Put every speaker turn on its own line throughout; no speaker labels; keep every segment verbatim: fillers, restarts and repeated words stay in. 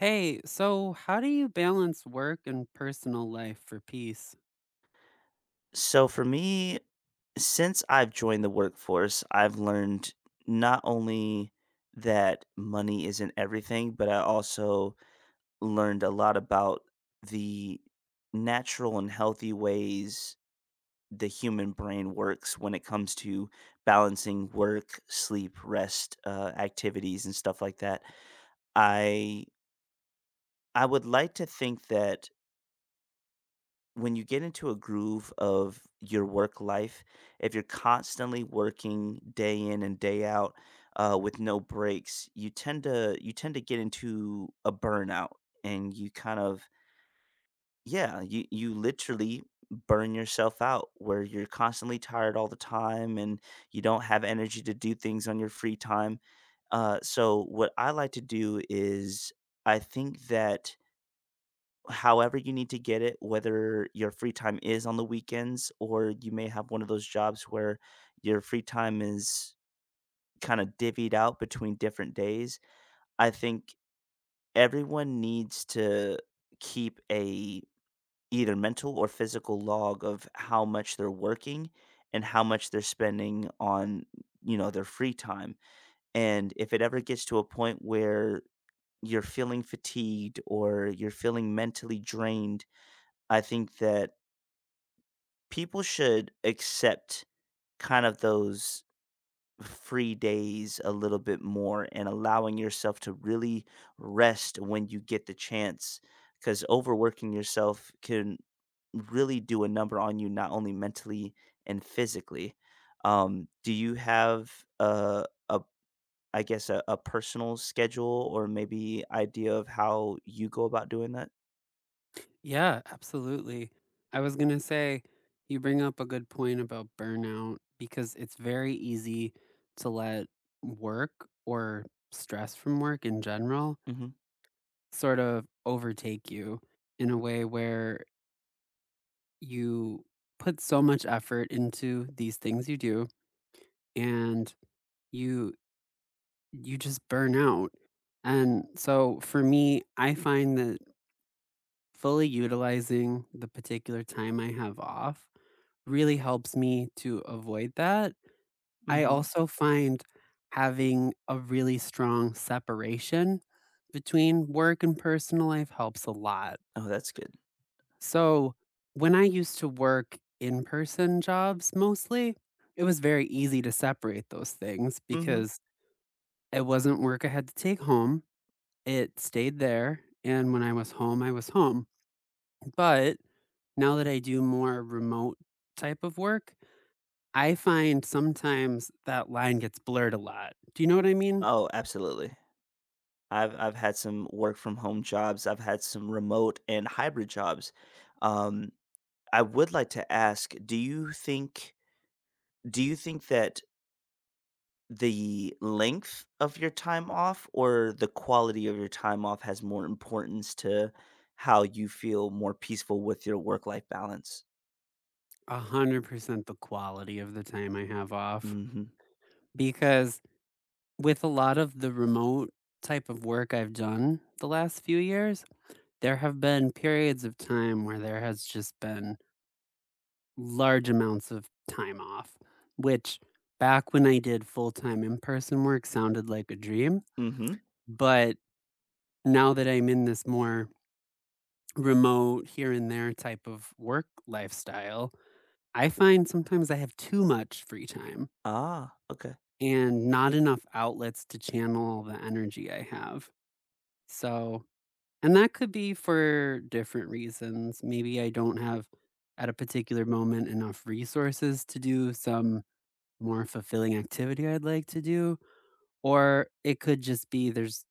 Hey, so how do you balance work and personal life for peace?
So for me, since I've joined the workforce, I've learned not only that money isn't everything, but I also learned a lot about the natural and healthy ways the human brain works when it comes to balancing work, sleep, rest, uh, activities, and stuff like that. I I would like to think that when you get into a groove of your work life, if you're constantly working day in and day out uh, with no breaks, you tend to you tend to get into a burnout, and you kind of yeah, you you literally burn yourself out where you're constantly tired all the time, and you don't have energy to do things on your free time. Uh, so what I like to do is I think that however you need to get it, whether your free time is on the weekends or you may have one of those jobs where your free time is kind of divvied out between different days. I think everyone needs to keep a either mental or physical log of how much they're working and how much they're spending on, you know, their free time. And if it ever gets to a point where you're feeling fatigued or you're feeling mentally drained, I think that people should accept kind of those free days a little bit more and allowing yourself to really rest when you get the chance because overworking yourself can really do a number on you not only mentally and physically. Um, do you have a, a, I guess a, a personal schedule or maybe idea of how you go about doing that?
Yeah, absolutely. I was going to say, you bring up a good point about burnout because it's very easy to let work or stress from work in general
Hmm.
sort of overtake you in a way where you put so much effort into these things you do, and you you just burn out. And so for me, I find that fully utilizing the particular time I have off really helps me to avoid that. I
Hmm.
also find having a really strong separation between work and personal life helps a lot.
Oh, that's good.
So, when I used to work in person jobs mostly, it was very easy to separate those things
Hmm.
because it wasn't work I had to take home. It stayed there. And when I was home, I was home. But now that I do more remote type of work, I find sometimes that line gets blurred a lot. Do you know what I mean?
Oh, absolutely. I've I've had some work from home jobs. I've had some remote and hybrid jobs. Um, I would like to ask, do you think do you think that the length of your time off or the quality of your time off has more importance to how you feel more peaceful with your work life balance?
one hundred percent the quality of the time I have off.
Mm-hmm.
Because with a lot of the remote type of work I've done the last few years, there have been periods of time where there has just been large amounts of time off, which back when I did full time in person work sounded like a dream.
Mm-hmm.
But now that I'm in this more remote here and there type of work lifestyle, I find sometimes I have too much free time
Ah, okay.
and not enough outlets to channel all the energy I have. So, and that could be for different reasons. Maybe I don't have at a particular moment enough resources to do some more fulfilling activity I'd like to do, or it could just be there's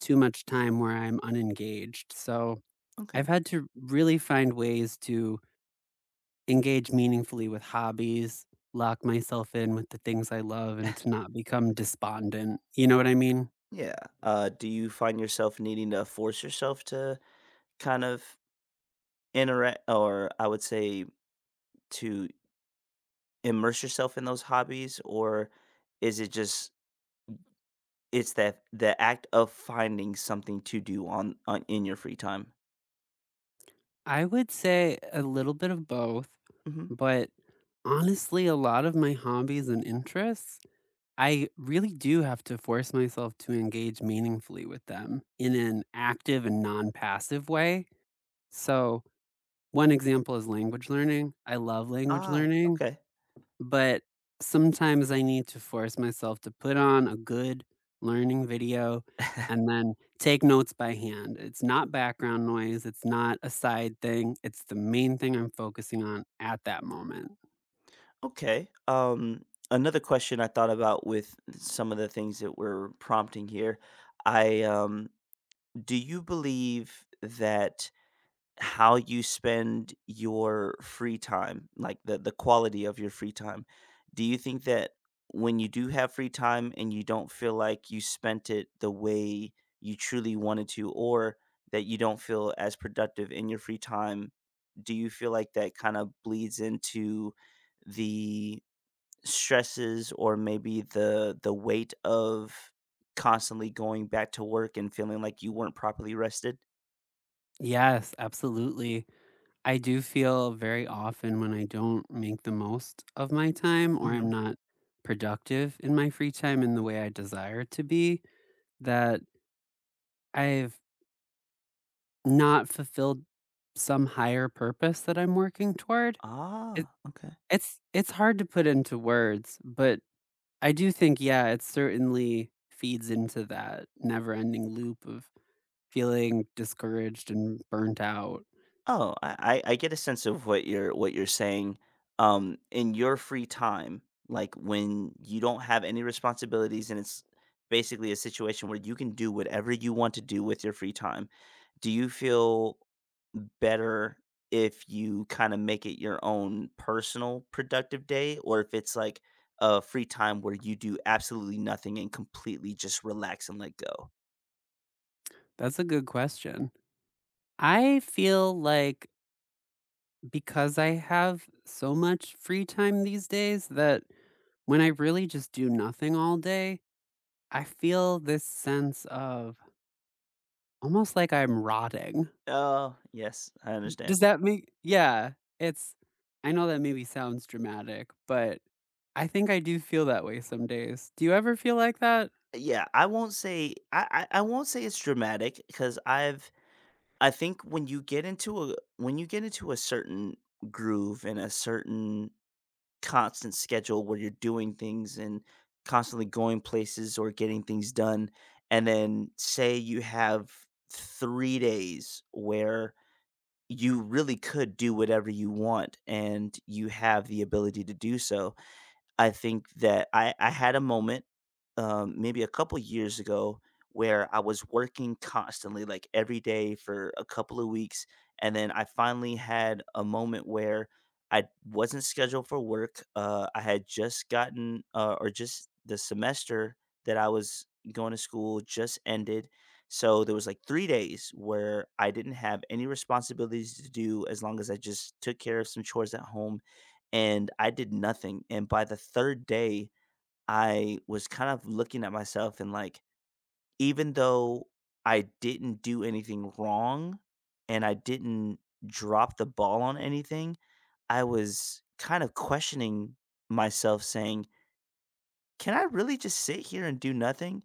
too much time where I'm unengaged. So,
Okay.
I've had to really find ways to engage meaningfully with hobbies, lock myself in with the things I love, and to not become despondent, you know what I mean?
Yeah. Uh, do you find yourself needing to force yourself to kind of interact, or I would say to immerse yourself in those hobbies, or is it just it's that the act of finding something to do on on in your free time?
I would say a little bit of both,
Mhm.
but honestly, a lot of my hobbies and interests, I really do have to force myself to engage meaningfully with them in an active and non passive way. So, one example is language learning. I love language
Ah,
learning.
okay.
But sometimes I need to force myself to put on a good learning video and then take notes by hand. It's not background noise, it's not a side thing, it's the main thing I'm focusing on at that moment.
Okay. Um, another question I thought about with some of the things that we're prompting here, I, um do you believe that how you spend your free time, like the the quality of your free time. Do you think that when you do have free time and you don't feel like you spent it the way you truly wanted to, or that you don't feel as productive in your free time, do you feel like that kind of bleeds into the stresses or maybe the the weight of constantly going back to work and feeling like you weren't properly rested?
Yes, absolutely. I do feel very often when I don't make the most of my time or I'm
Mhm.
not productive in my free time in the way I desire to be, that I've not fulfilled some higher purpose that I'm working toward. It
Ah, okay.
it's it's hard to put into words, but I do think, yeah, it certainly feeds into that never-ending loop of feeling discouraged and burnt out.
Oh, I I I get a sense of what you're what you're saying. Um, in your free time, like when you don't have any responsibilities and it's basically a situation where you can do whatever you want to do with your free time, do you feel better if you kind of make it your own personal productive day, or if it's like a free time where you do absolutely nothing and completely just relax and let go?
That's a good question. I feel like because I have so much free time these days that when I really just do nothing all day, I feel this sense of almost like I'm rotting.
Oh, yes, I understand.
Does that make, yeah, it's, I know that maybe sounds dramatic, but I think I do feel that way some days. Do you ever feel like that?
Yeah, I won't say I I I won't say it's dramatic because I've I think when you get into a when you get into a certain groove and a certain constant schedule where you're doing things and constantly going places or getting things done, and then say you have three days where you really could do whatever you want and you have the ability to do so. I think that I, I had a moment, um, maybe a couple years ago, where I was working constantly, like every day for a couple of weeks. And then I finally had a moment where I wasn't scheduled for work. Uh, I had just gotten, uh, or Just the semester that I was going to school just ended. So there was like three days where I didn't have any responsibilities to do as long as I just took care of some chores at home, and I did nothing, and by the third day, I was kind of looking at myself and, like, even though I didn't do anything wrong and I didn't drop the ball on anything, I was kind of questioning myself, saying, "Can I really just sit here and do nothing?"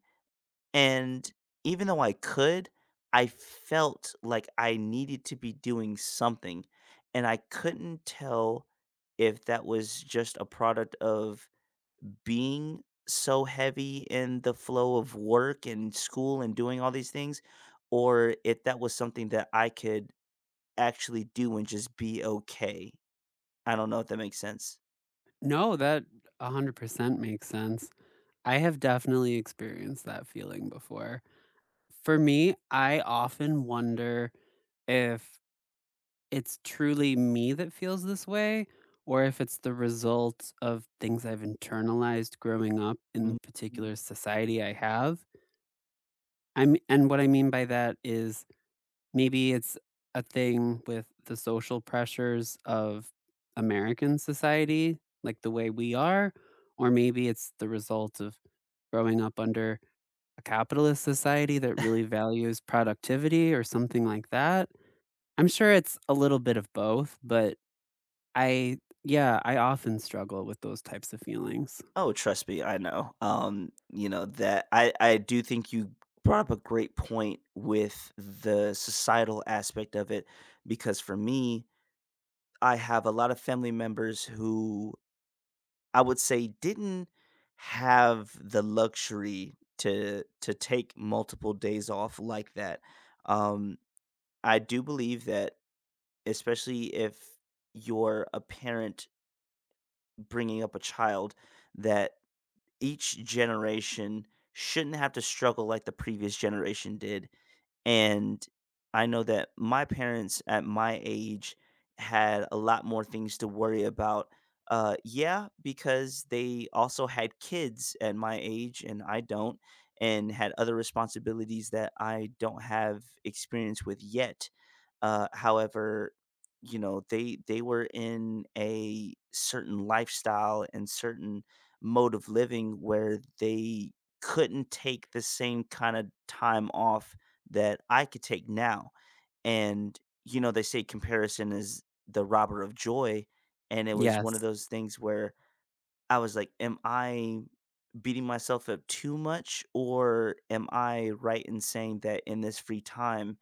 And even though I could, I felt like I needed to be doing something, and I couldn't tell if that was just a product of being so heavy in the flow of work and school and doing all these things, or if that was something that I could actually do and just be okay. I don't know if that makes sense.
No, that one hundred percent makes sense. I have definitely experienced that feeling before. For me, I often wonder if it's truly me that feels this way, or if it's the result of things I've internalized growing up in the
Mm.
particular society I have. I'm, and what I mean by that is, maybe it's a thing with the social pressures of American society, like the way we are, or maybe it's the result of growing up under a capitalist society that really values productivity or something like that. I'm sure it's a little bit of both, but I, yeah, I often struggle with those types of feelings.
Oh, trust me, I know. Um, you know that I I do think you brought up a great point with the societal aspect of it because for me, I have a lot of family members who I would say didn't have the luxury to to take multiple days off like that. Um, I do believe that especially if you're a parent bringing up a child that each generation shouldn't have to struggle like the previous generation did. And I know that my parents at my age had a lot more things to worry about. Uh, yeah, because they also had kids at my age and I don't, and had other responsibilities that I don't have experience with yet. Uh, however, you know, they they were in a certain lifestyle and certain mode of living where they couldn't take the same kind of time off that I could take now. And, you know, they say comparison is the robber of joy. And it was one of
Yes.
those things where I was like, am I beating myself up too much? Or am I right in saying that in this free time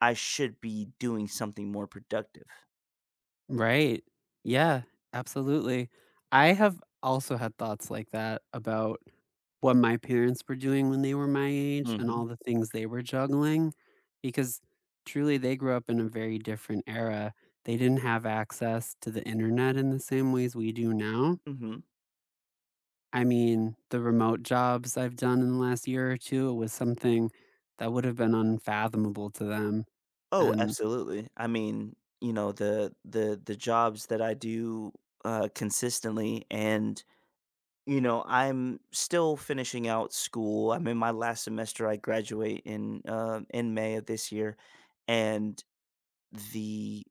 I should be doing something more productive?
Right. Yeah, absolutely. I have also had thoughts like that about what my parents were doing when they were my age and all
Mhm,
the things they were juggling, because truly they grew up in a very different era. They didn't have access to the internet in the same ways we do now.
mhm.
I mean, the remote jobs I've done in the last year or two, it was something that would have been unfathomable to them.
Oh,
And
absolutely. I mean, you know, the the the jobs that I do, uh, consistently, and, you know, I'm still finishing out school. I'm in my last semester. I graduate in, uh, in May of this year, and the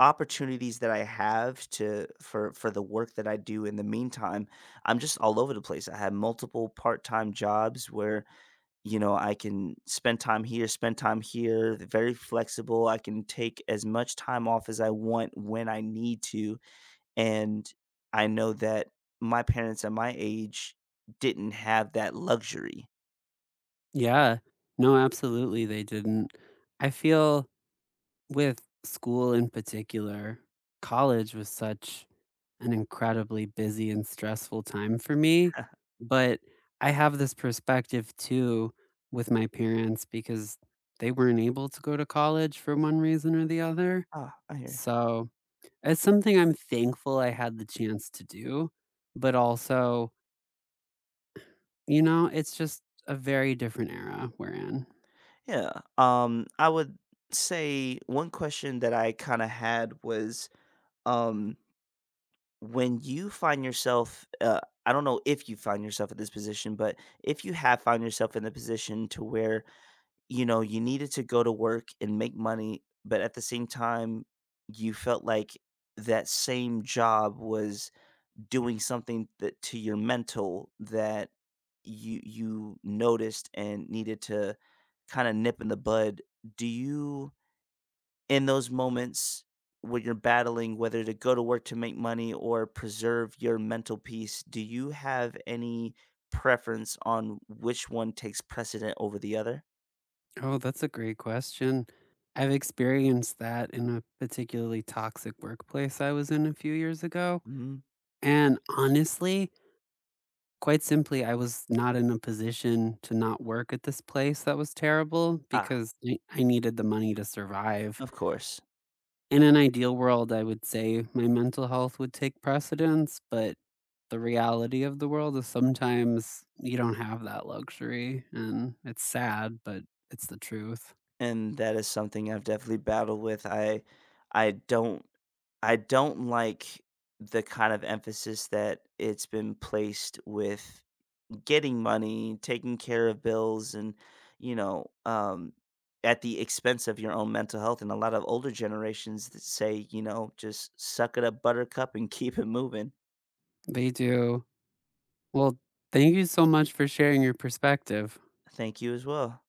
opportunities that I have to for for the work that I do in the meantime, I'm just all over the place. I have multiple part-time jobs where you know, I can spend time here, spend time here, they're very flexible. I can take as much time off as I want when I need to. And I know that my parents at my age didn't have that luxury.
yeah, no, absolutely, they didn't. I feel with school in particular, college was such an incredibly busy and stressful time for me, but I have this perspective too with my parents because they weren't able to go to college for one reason or the other.
Ah, I hear.
So, it's something I'm thankful I had the chance to do, but also you know, it's just a very different era we're in.
Yeah. Um, I would say one question that I kind of had was um, when you find yourself, uh, I don't know if you find yourself in this position, but if you have found yourself in the position to where you know, you needed to go to work and make money, but at the same time, you felt like that same job was doing something that to your mental that you you noticed and needed to kind of nip in the bud. Do you in those moments when you're battling whether to go to work to make money or preserve your mental peace, do you have any preference on which one takes precedent over the other?
Oh, that's a great question. I've experienced that in a particularly toxic workplace I was in a few years ago,
Mhm.
and honestly quite simply, I was not in a position to not work at this place that was terrible because I I needed the money to survive.
Of course,
In an ideal world, I would say my mental health would take precedence, but the reality of the world is sometimes you don't have that luxury, and it's sad, but it's the truth.
and that is something I've definitely battled with. I I don't I don't like the kind of emphasis that it's been placed with getting money, taking care of bills, and, you know, um at the expense of your own mental health, and a lot of older generations that say, you know, just suck it up buttercup and keep it moving.
They do. Well, thank you so much for sharing your perspective.
Thank you as well.